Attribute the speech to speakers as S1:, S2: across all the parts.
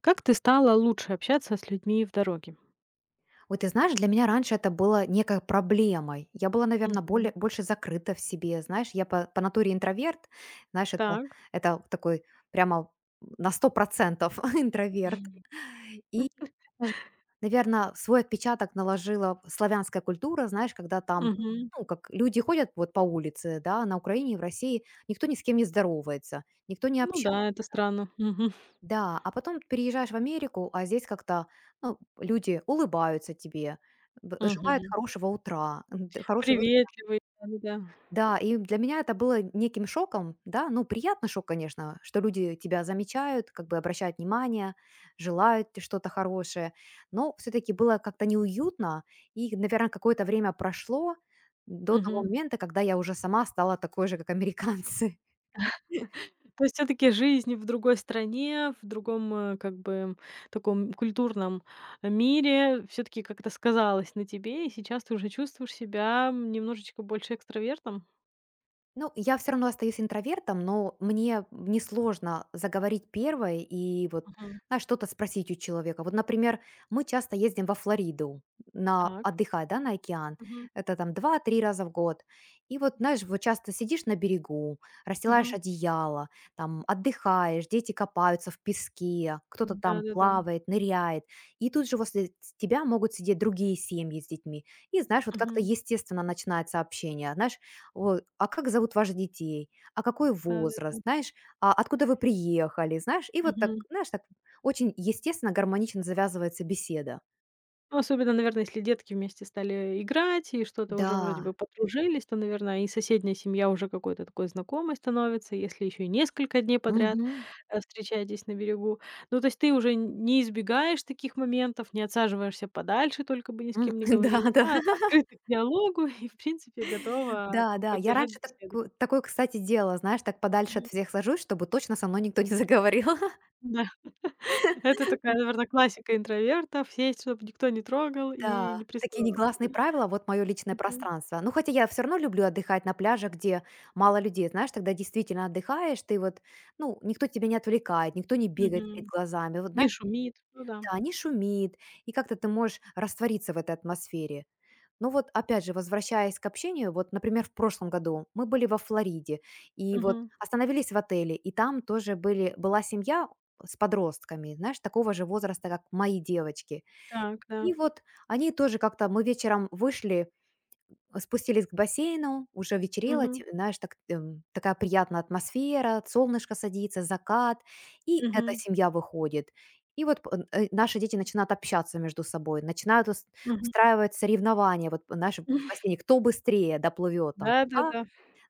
S1: Как ты стала лучше общаться с людьми в дороге?
S2: Ой, ты знаешь, для меня раньше это было некой проблемой. Я была, наверное,
S1: Мгм.
S2: больше закрыта в себе, знаешь, я по натуре интроверт, знаешь, это,
S1: Так.
S2: это такой прямо на 100% интроверт.
S1: Мгм.
S2: И, наверное, свой отпечаток наложила славянская культура, знаешь, когда там,
S1: Мгм.
S2: ну, как люди ходят вот по улице, да, на Украине и в России, никто ни с кем не здоровается, никто не
S1: Ну
S2: общается,
S1: да, это странно. Мгм.
S2: да, а потом переезжаешь в Америку, а здесь как-то, ну, люди улыбаются тебе, б желают
S1: Мгм.
S2: хорошего утра, м, д хорошего.
S1: Приветливый, да, да.
S2: Да, и для меня это было неким шоком, да. Ну, приятный шок, конечно, что люди тебя замечают, как бы обращают внимание, желают те что-то хорошее. Но все таки было как-то неуютно, и, наверное, какое-то время прошло до того
S1: Мгм.
S2: момента, когда я уже сама стала такой же, как американцы.
S1: То есть все таки жизнь в другой стране, в другом, как бы таком культурном мире все таки как-то сказалось на тебе, и сейчас ты уже чувствуешь себя немножечко больше экстравертом?
S2: Ну, я все равно остаюсь интровертом, но мне несложно заговорить первой и вот,
S1: Мгм.
S2: знаешь, что-то спросить у человека. Вот, например, мы часто ездим во Флориду на
S1: Так.
S2: отдыхать, да, на океан.
S1: Мгм.
S2: Это там два-три раза в год. И вот, знаешь, вот часто сидишь на берегу, расстилаешь
S1: Мгм.
S2: одеяло, там отдыхаешь, дети копаются в песке, кто-то там
S1: Да-да-да.
S2: плавает, ныряет. И тут же возле тебя могут сидеть другие семьи с детьми. И, знаешь, вот как-то
S1: Мгм.
S2: естественно начинается общение. Знаешь: "Ой, а как зовут ваших детей? А какой
S1: Да-да-да.
S2: возраст? Знаешь, а откуда вы приехали?" Знаешь, и вот так, знаешь, так очень естественно, гармонично завязывается беседа.
S1: Ну, особенно, наверное, если детки вместе стали играть и что-то уже вроде
S2: Да.
S1: бы подружились, то, наверное, и соседняя семья уже какой-то такой знакомой становится, если еще и несколько дней подряд,
S2: Мгм.
S1: встречаетесь на берегу. Ну, то есть ты уже н не избегаешь таких моментов, не отсаживаешься подальше, только бы ни с
S2: М,
S1: кем не
S2: да,
S1: говорить,
S2: да,
S1: а открыта к диалогу и, в принципе, готова
S2: да,
S1: там
S2: да. Я
S1: поддержать
S2: раньше
S1: беседу.
S2: такое, кстати, делала, знаешь, так подальше от
S1: Мгм.
S2: всех сажусь, чтобы точно со мной никто не заговорил.
S1: Да, это такая, наверное, классика интровертов: сесть, чтобы никто не трогал и
S2: Да,
S1: не
S2: такие
S1: приставал.
S2: негласные правила, вот мое личное
S1: Мгм.
S2: пространство. Ну, хотя я все равно люблю отдыхать на пляжах, где мало людей, знаешь, тогда действительно отдыхаешь, ты вот, ну, никто тебя не отвлекает, никто не бегает перед
S1: Мгм.
S2: глазами, вот,
S1: Не
S2: знаешь, вот,
S1: шумит. Ну да.
S2: да, не шумит, и как-то ты можешь раствориться в этой атмосфере. Ну вот, опять же, возвращаясь к общению, вот, например, в прошлом году мы были во Флориде, и вот
S1: Мгм.
S2: остановились в отеле, и там тоже была семья с подростками, знаешь, такого же возраста, как мои девочки.
S1: Так, да.
S2: И вот они тоже как-то мы вечером вышли, спустились к бассейну, уже вечерело,
S1: Мгм.
S2: те знаешь, так, такая приятная атмосфера, солнышко садится, закат, и эта
S1: Мгм.
S2: семья выходит. И вот наши дети начинают общаться между собой, начинают ус
S1: Мгм.
S2: устраивать соревнования, вот, знаешь, в бассейне, кто быстрее доплывет там, да,
S1: Да-да-да.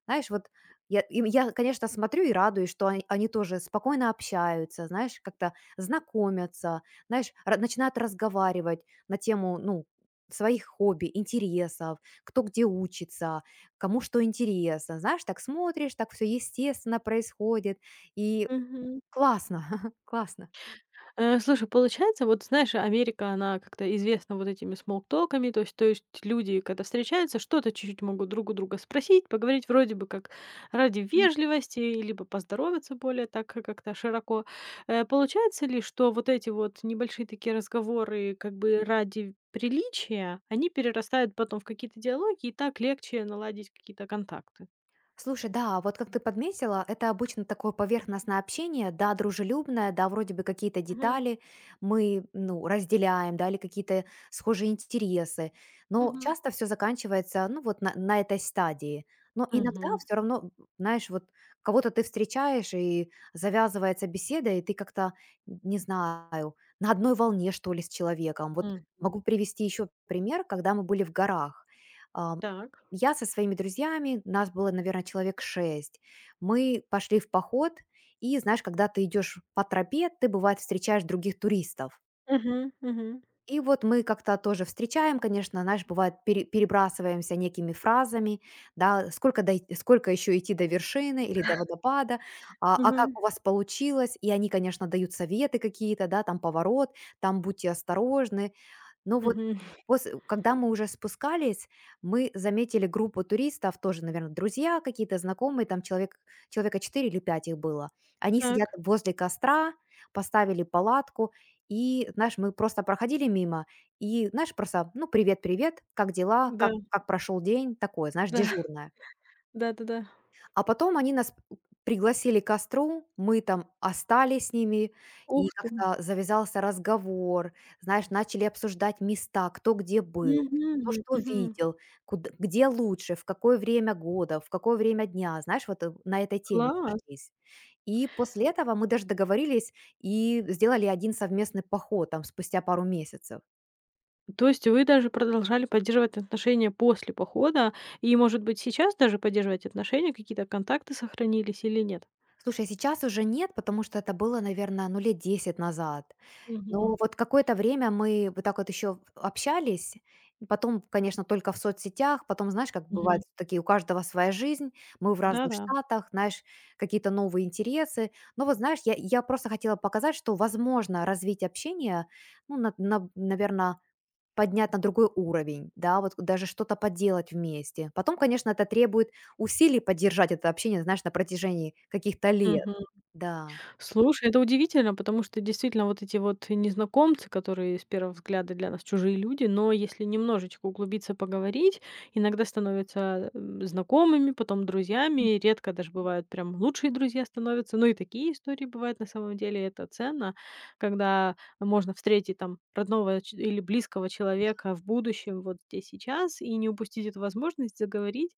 S2: знаешь, вот я, им я, конечно, смотрю и радуюсь, что они тоже спокойно общаются, знаешь, как-то знакомятся, знаешь, начинают разговаривать на тему, ну, своих хобби, интересов, кто где учится, кому что интересно. Знаешь, так смотришь, так все естественно происходит. И
S1: Мгм.
S2: классно, классно.
S1: Слушай, получается, вот знаешь, Америка, она как-то известна вот этими смоллтоками, то есть люди, когда встречаются, что-то чуть-чуть могут друг у друга спросить, поговорить вроде бы как ради вежливости, либо поздороваться более так, как-то широко. Получается ли, что вот эти вот небольшие такие разговоры как бы ради приличия, они перерастают потом в какие-то диалоги, и так легче наладить какие-то контакты?
S2: Слушай, да, а вот как ты подметила, это обычно такое поверхностное общение, да, дружелюбное, да, вроде бы какие-то детали мы, ну, разделяем, да, или какие-то схожие интересы, но
S1: Мгм.
S2: часто все заканчивается, ну, вот на этой стадии. Но иногда
S1: Мгм.
S2: все равно, знаешь, вот кого-то ты встречаешь, и завязывается беседа, и ты как-то, не знаю, на одной волне, что ли, с человеком. Вот
S1: Мгм.
S2: могу привести еще пример, когда мы были в горах.
S1: Так.
S2: Я со своими друзьями, нас было, наверное, человек 6. Мы пошли в поход, и знаешь, когда ты идешь по тропе, ты бывает встречаешь других туристов.
S1: Мгм, мгм.
S2: И вот мы как-то тоже встречаем, конечно, знаешь, бывает, перебрасываемся некими фразами, да, сколько, сколько еще идти до вершины или до водопада, а как
S1: Мгм.
S2: у вас получилось, и они, конечно, дают советы какие-то, да, там поворот, там будьте осторожны, но вот
S1: Мгм.
S2: после, когда мы уже спускались, мы заметили группу туристов, тоже, наверное, друзья какие-то знакомые, там человека 4 или 5 их было. Они сидят
S1: Так.
S2: возле костра, поставили палатку, и, знаешь, мы просто проходили мимо, и, знаешь, просто, ну, привет, привет, как дела,
S1: Да.
S2: как прошел день, такое, знаешь,
S1: Да,
S2: дежурное.
S1: да-да-да.
S2: А потом они нас пригласили к костру, мы там остались с ними,
S1: Ух
S2: и
S1: ты.
S2: как-то завязался разговор, знаешь, начали обсуждать места, кто где был,
S1: Мгм,
S2: кто что
S1: мгм.
S2: видел, где лучше, в какое время года, в какое время дня, знаешь, вот на этой теме
S1: Класс.
S2: сошлись. И после этого мы даже договорились и сделали один совместный поход там спустя пару месяцев.
S1: То есть вы даже продолжали поддерживать отношения после похода и, может быть, сейчас даже поддерживаете отношения? Какие-то контакты сохранились или нет?
S2: Слушай, сейчас уже нет, потому что это было, наверное, ну, лет 10 назад. Но
S1: Мгм.
S2: вот какое-то время мы вот так вот еще общались. И потом, конечно, только в соцсетях. Потом, знаешь, как бывает,
S1: Мгм.
S2: такие у каждого своя жизнь. Мы в разных
S1: Да-да.
S2: штатах, знаешь, какие-то новые интересы. Но вот, знаешь, я просто хотела показать, что возможно развить общение, ну, наверное, поднять на другой уровень, да, вот даже что-то поделать вместе. Потом, конечно, это требует усилий поддержать это общение, знаешь, на протяжении каких-то лет.
S1: Мгм.
S2: Да.
S1: Слушай, это удивительно, потому что действительно вот эти вот незнакомцы, которые с первого взгляда для нас чужие люди, но если немножечко углубиться, поговорить, иногда становятся, знакомыми, потом друзьями, редко даже бывают прям лучшие друзья становятся, ну и такие истории бывают на самом деле, это ценно, когда можно встретить там родного или близкого человека в будущем, вот здесь сейчас, и не упустить эту возможность заговорить.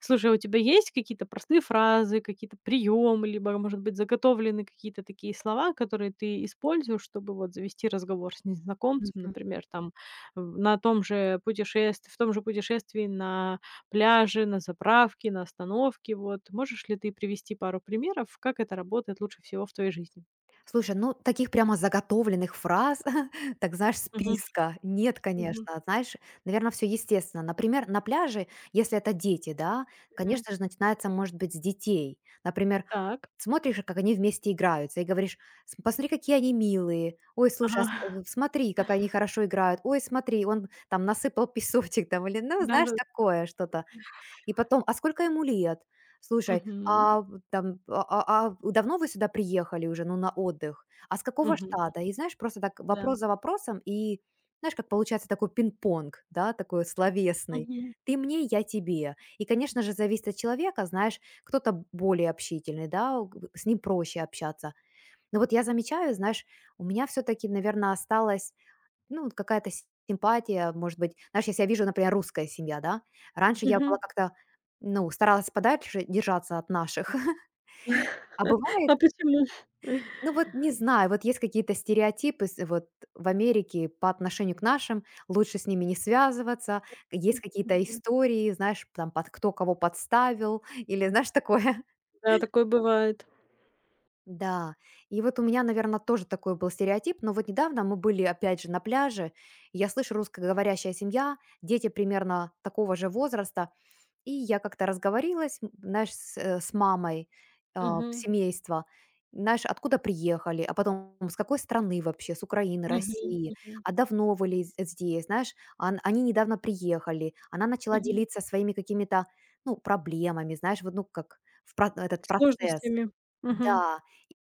S1: Слушай, а у тебя есть какие-то простые фразы, какие-то приемы, либо, может быть, заготовлены какие-то такие слова, которые ты используешь, чтобы вот завести разговор с незнакомцем, например, там в- на том же путешествии, в том же путешествии на пляже, на заправке, на остановке. Вот можешь ли ты привести пару примеров, как это работает лучше всего в твоей жизни?
S2: Слушай, ну, таких прямо заготовленных фраз, так знаешь,
S1: Мгм.
S2: списка нет,
S1: Мгм.
S2: конечно. Знаешь, наверное, все естественно. Например, на пляже, если это дети, да,
S1: Мгм.
S2: конечно же, начинается, может быть, с детей. Например,
S1: Так.
S2: смотришь, как они вместе играются, и говоришь: "С посмотри, какие они милые. Ой, слушай, а
S1: Ага.
S2: с смотри, как они хорошо играют. Ой, смотри, он там насыпал песочек там". Или, ну,
S1: Да,
S2: знаешь,
S1: да.
S2: такое что-то. И потом: "А сколько ему лет? Слушай,
S1: Мгм.
S2: а в там, а давно вы сюда приехали уже, ну, на отдых? А с какого
S1: Мгм.
S2: штата?" И знаешь, просто так
S1: Да.
S2: вопрос за вопросом, и знаешь, как получается такой пинг-понг, да, такой словесный:
S1: Мгм.
S2: ты мне, я тебе. И, конечно же, зависит от человека, знаешь, кто-то более общительный, да, с ним проще общаться. Но вот я замечаю, знаешь, у меня все таки, наверное, осталось ну, вот какая-то с симпатия, может быть. Знаешь, если я вижу, например, русская семья, да, раньше я была
S1: Мгм.
S2: как-то, ну, старалась подальше держаться от наших. А бывает,
S1: А почему?
S2: ну, вот не знаю, вот есть какие-то стереотипы с вот в Америке по отношению к нашим, лучше с ними не связываться. Есть какие-то истории, знаешь, там, под кто кого подставил или, знаешь, такое.
S1: Да, такое бывает.
S2: Да, и вот у меня, наверное, тоже такой был стереотип, но вот недавно мы были опять же на пляже, и я слышу русскоговорящая семья, дети примерно такого же возраста, и я как-то разговорилась, знаешь, с мамой
S1: Мгм.
S2: семейства, знаешь, откуда приехали, а потом с какой страны вообще, с Украины,
S1: Мгм.
S2: России,
S1: Мгм.
S2: а давно вы ли з- э, здесь, знаешь, они недавно приехали, она начала
S1: Мгм.
S2: делиться своими какими-то, ну, проблемами, знаешь, вот, ну, как этот процесс,
S1: Сложностями. Мгм.
S2: да,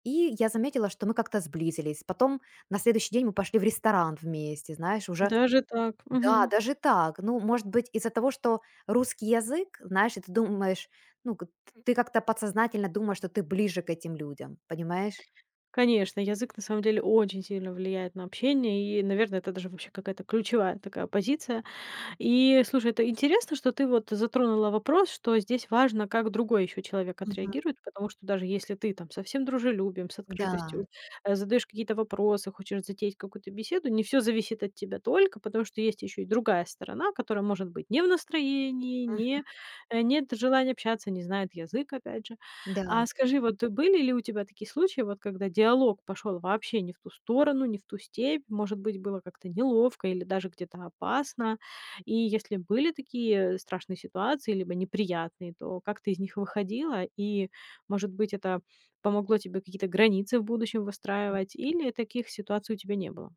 S2: и я заметила, что мы как-то сблизились. Потом на следующий день мы пошли в ресторан вместе, знаешь, уже.
S1: Даже так.
S2: Да,
S1: Мгм.
S2: даже так. Ну, может быть, из-за того, что русский язык, знаешь, и ты думаешь, ну, ты как-то подсознательно думаешь, что ты ближе к этим людям, понимаешь?
S1: Конечно, язык на самом деле очень сильно влияет на общение, и, наверное, это даже вообще какая-то ключевая такая позиция. И слушай, это интересно, что ты вот затронула вопрос, что здесь важно, как другой еще человек
S2: Мгм.
S1: отреагирует, потому что даже если ты там совсем дружелюбен, с
S2: Да,
S1: открытостью, задаешь какие-то вопросы, хочешь затеять какую-то беседу, не все зависит от тебя только, потому что есть еще и другая сторона, которая может быть не в настроении,
S2: м,
S1: не, э, нет желания общаться, не знает язык, опять же.
S2: да.
S1: А скажи, вот, были ли у тебя такие случаи, вот когда диалог пошел вообще не в ту сторону, не в ту степь, может быть, было как-то неловко или даже где-то опасно? И если были такие страшные ситуации, либо неприятные, то как ты из них выходила? И, может быть, это помогло тебе какие-то границы в будущем выстраивать, или таких ситуаций у тебя не было?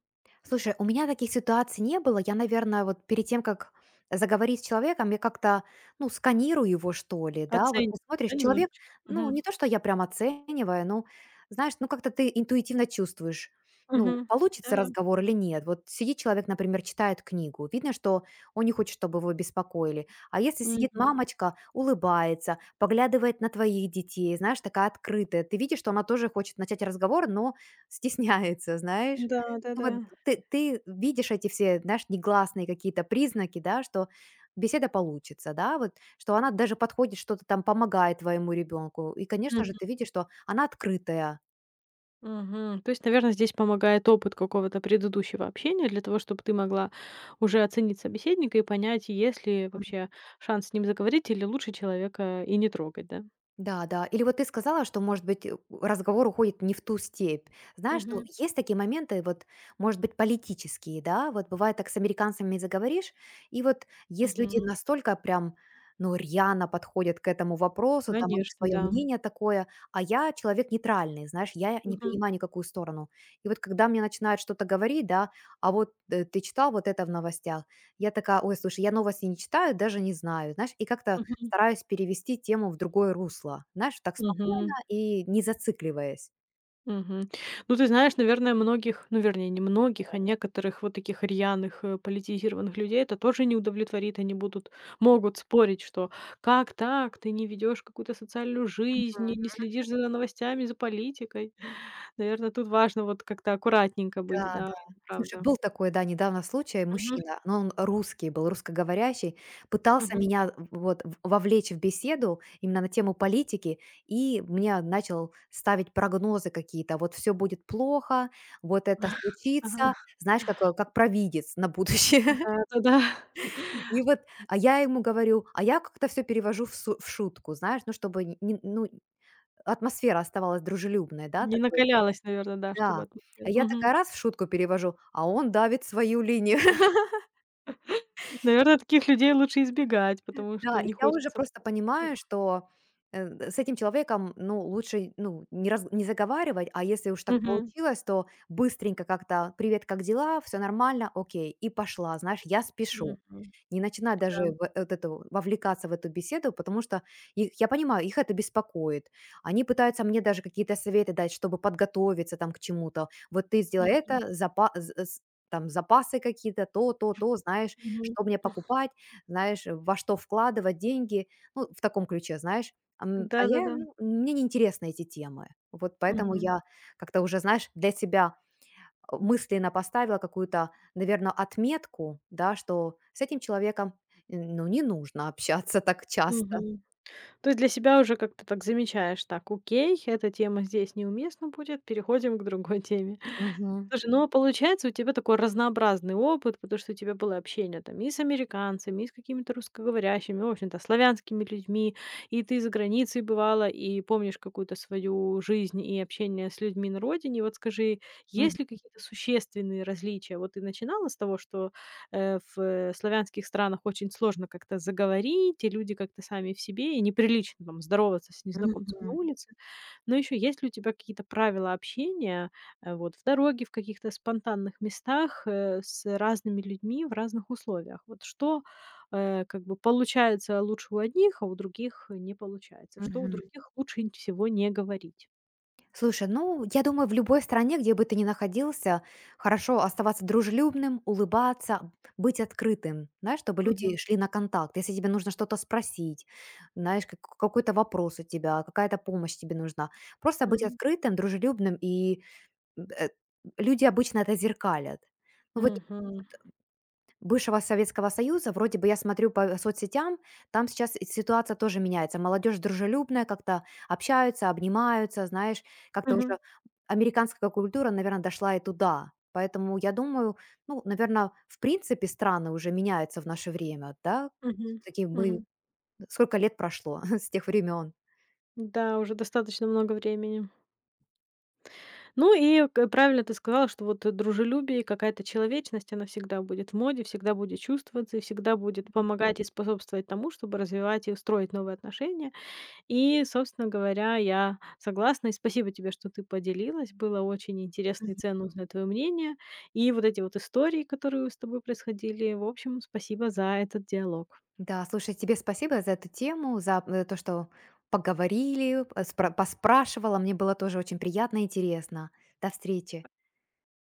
S2: Слушай, у меня таких ситуаций не было. Я, наверное, вот перед тем, как заговорить с человеком, я как-то, ну, сканирую его, что ли, да, вот
S1: Оцениваешь,
S2: ты смотришь,
S1: да,
S2: человек,
S1: немножечко?
S2: ну,
S1: Мгм.
S2: не то, что я прям оцениваю, но, знаешь, ну, как-то ты интуитивно чувствуешь, ну,
S1: Мгм.
S2: получится
S1: Да-да.
S2: разговор или нет. Вот сидит человек, например, читает книгу, видно, что он не хочет, чтобы его беспокоили. А если сидит
S1: Мгм.
S2: мамочка, улыбается, поглядывает на твоих детей, знаешь, такая открытая, ты видишь, что она тоже хочет начать разговор, но стесняется, знаешь? Ну
S1: Да-да-да.
S2: вот ты видишь эти все, знаешь, негласные какие-то признаки, да, что беседа получится, да, вот, что она даже подходит, что-то там помогает твоему ребенку. И, конечно же, ты
S1: Мгм.
S2: видишь, что она открытая.
S1: Мгм. То есть, наверное, здесь помогает опыт какого-то предыдущего общения для того, чтобы ты могла уже оценить собеседника и понять, есть ли вообще шанс с ним заговорить или лучше человека и не трогать, да?
S2: Да, да. Или вот ты сказала, что, может быть, разговор уходит не в ту степь. Знаешь, ну,
S1: Мгм.
S2: есть такие моменты, вот, может быть, политические, да, вот бывает так с американцами заговоришь, и вот есть люди
S1: Мгм.
S2: настолько прям, ну, рьяно подходят к этому вопросу, там у них
S1: Конечно,
S2: свое
S1: да.
S2: мнение такое, а я человек нейтральный, знаешь, я не
S1: Мгм.
S2: принимаю никакую сторону. И вот когда мне начинают что-то говорить, да, а вот ты читал вот это в новостях, я такая: "Ой, слушай, я новости не читаю, даже не знаю", знаешь, и как-то
S1: Мгм.
S2: стараюсь перевести тему в другое русло. Знаешь, так спокойно
S1: Мгм.
S2: и не зацикливаясь.
S1: Мгм. Ну, ты знаешь, наверное, многих, ну, вернее, не многих, а некоторых вот таких рьяных, политизированных людей это тоже не удовлетворит. Они будут могут спорить, что: «Как так? Ты не ведешь какую-то социальную жизнь, не следишь за новостями, за политикой». Наверное, тут важно вот как-то аккуратненько
S2: Да,
S1: быть, да,
S2: да.
S1: это
S2: Слушай,
S1: правда.
S2: был такой, да, недавно случай.
S1: Мгм.
S2: Мужчина, но он русский был, русскоговорящий, пытался
S1: Мгм.
S2: меня вовлечь в беседу именно на тему политики, и мне начал ставить прогнозы какие-то. Вот все будет плохо, вот это случится,
S1: Ага.
S2: знаешь, как провидец на будущее.
S1: Да-да-да.
S2: И вот, а я ему говорю, а я как-то все перевожу в шутку, знаешь, ну, чтобы не, ну, атмосфера оставалась дружелюбной, да,
S1: Не
S2: такой?
S1: накалялась, наверное, да,
S2: Да.
S1: чтобы
S2: А
S1: атмосфера.
S2: я такая
S1: Мгм.
S2: раз в шутку перевожу, а он давит свою линию.
S1: Наверное, таких людей лучше избегать, потому
S2: Да,
S1: что
S2: и
S1: не
S2: я уже
S1: хочется.
S2: просто понимаю, что, с этим человеком, ну, лучше, ну, не раз не заговаривать, а если уж так
S1: Мгм.
S2: получилось, то быстренько как-то: "Привет, как дела? Все нормально? Окей". И пошла, знаешь, я спешу.
S1: Мгм.
S2: Не начинай даже
S1: Да.
S2: вот эту вовлекаться в эту беседу, потому что их я понимаю, их это беспокоит. Они пытаются мне даже какие-то советы дать, чтобы подготовиться там к чему-то. Вот ты сделай
S1: Мгм.
S2: это, запа з з там запасы какие-то, то, то, то, знаешь,
S1: Мгм.
S2: что мне покупать. Знаешь, во что вкладывать деньги, ну, в таком ключе, знаешь. А я,
S1: Да-да-да.
S2: ну, мне не интересны эти темы. Вот поэтому
S1: Мгм.
S2: я как-то уже, знаешь, для себя, мысленно поставила какую-то, наверное, отметку, да, что с этим человеком, н ну, не нужно общаться так часто.
S1: Мгм. То есть для себя уже как-то так замечаешь: «Так, окей, эта тема здесь неуместна будет, переходим к другой теме».
S2: Мгм.
S1: Слушай, ну, а получается, у тебя такой разнообразный опыт, потому что у тебя было общение там и с американцами, и с какими-то русскоговорящими, в общем-то, славянскими людьми, и ты за границей бывала, и помнишь какую-то свою жизнь и общение с людьми на родине. Вот скажи,
S2: М.
S1: есть ли какие-то существенные различия? Вот ты начинала с того, что славянских странах очень сложно как-то заговорить, и люди как-то сами в себе, и неприлично там здороваться с незнакомцем на
S2: Мгм.
S1: улице. Но еще есть ли у тебя какие-то правила общения, вот в дороге, в каких-то спонтанных местах, с разными людьми в разных условиях? Вот что, как бы получается лучше у одних, а у других не получается? Что у
S2: Мгм.
S1: других лучше н всего не говорить?
S2: Слушай, ну, я думаю, в любой стране, где бы ты ни находился, хорошо оставаться дружелюбным, улыбаться, быть открытым, знаешь, чтобы люди
S1: Мгм.
S2: шли на контакт. Если тебе нужно что-то спросить, знаешь, какой-то вопрос у тебя, какая-то помощь тебе нужна, просто быть
S1: Мгм.
S2: открытым, дружелюбным, и э, люди обычно это зеркалят. Ну вот
S1: Мгм.
S2: бывшего Советского Союза, вроде бы я смотрю по соцсетям, там сейчас и ситуация тоже меняется. Молодежь дружелюбная, как-то общаются, обнимаются, знаешь, как-то
S1: Мгм.
S2: уже американская культура, наверное, дошла и туда. Поэтому я думаю, ну, наверное, в принципе страны уже меняются в наше время, да?
S1: Мгм.
S2: Такие мы...
S1: Мгм.
S2: Сколько лет прошло с тех времен?
S1: Да, уже достаточно много времени. Ну и к правильно ты сказала, что вот дружелюбие и какая-то человечность, она всегда будет в моде, всегда будет чувствоваться и всегда будет помогать и способствовать тому, чтобы развивать и строить новые отношения. И, собственно говоря, я согласна. И спасибо тебе, что ты поделилась. Было очень интересно и ценно узнать твое мнение. И вот эти вот истории, которые с тобой происходили. В общем, спасибо за этот диалог.
S2: Да, слушай, тебе спасибо за эту тему, за то, что поговорили, поспрашивала. Мне было тоже очень приятно и интересно. До встречи.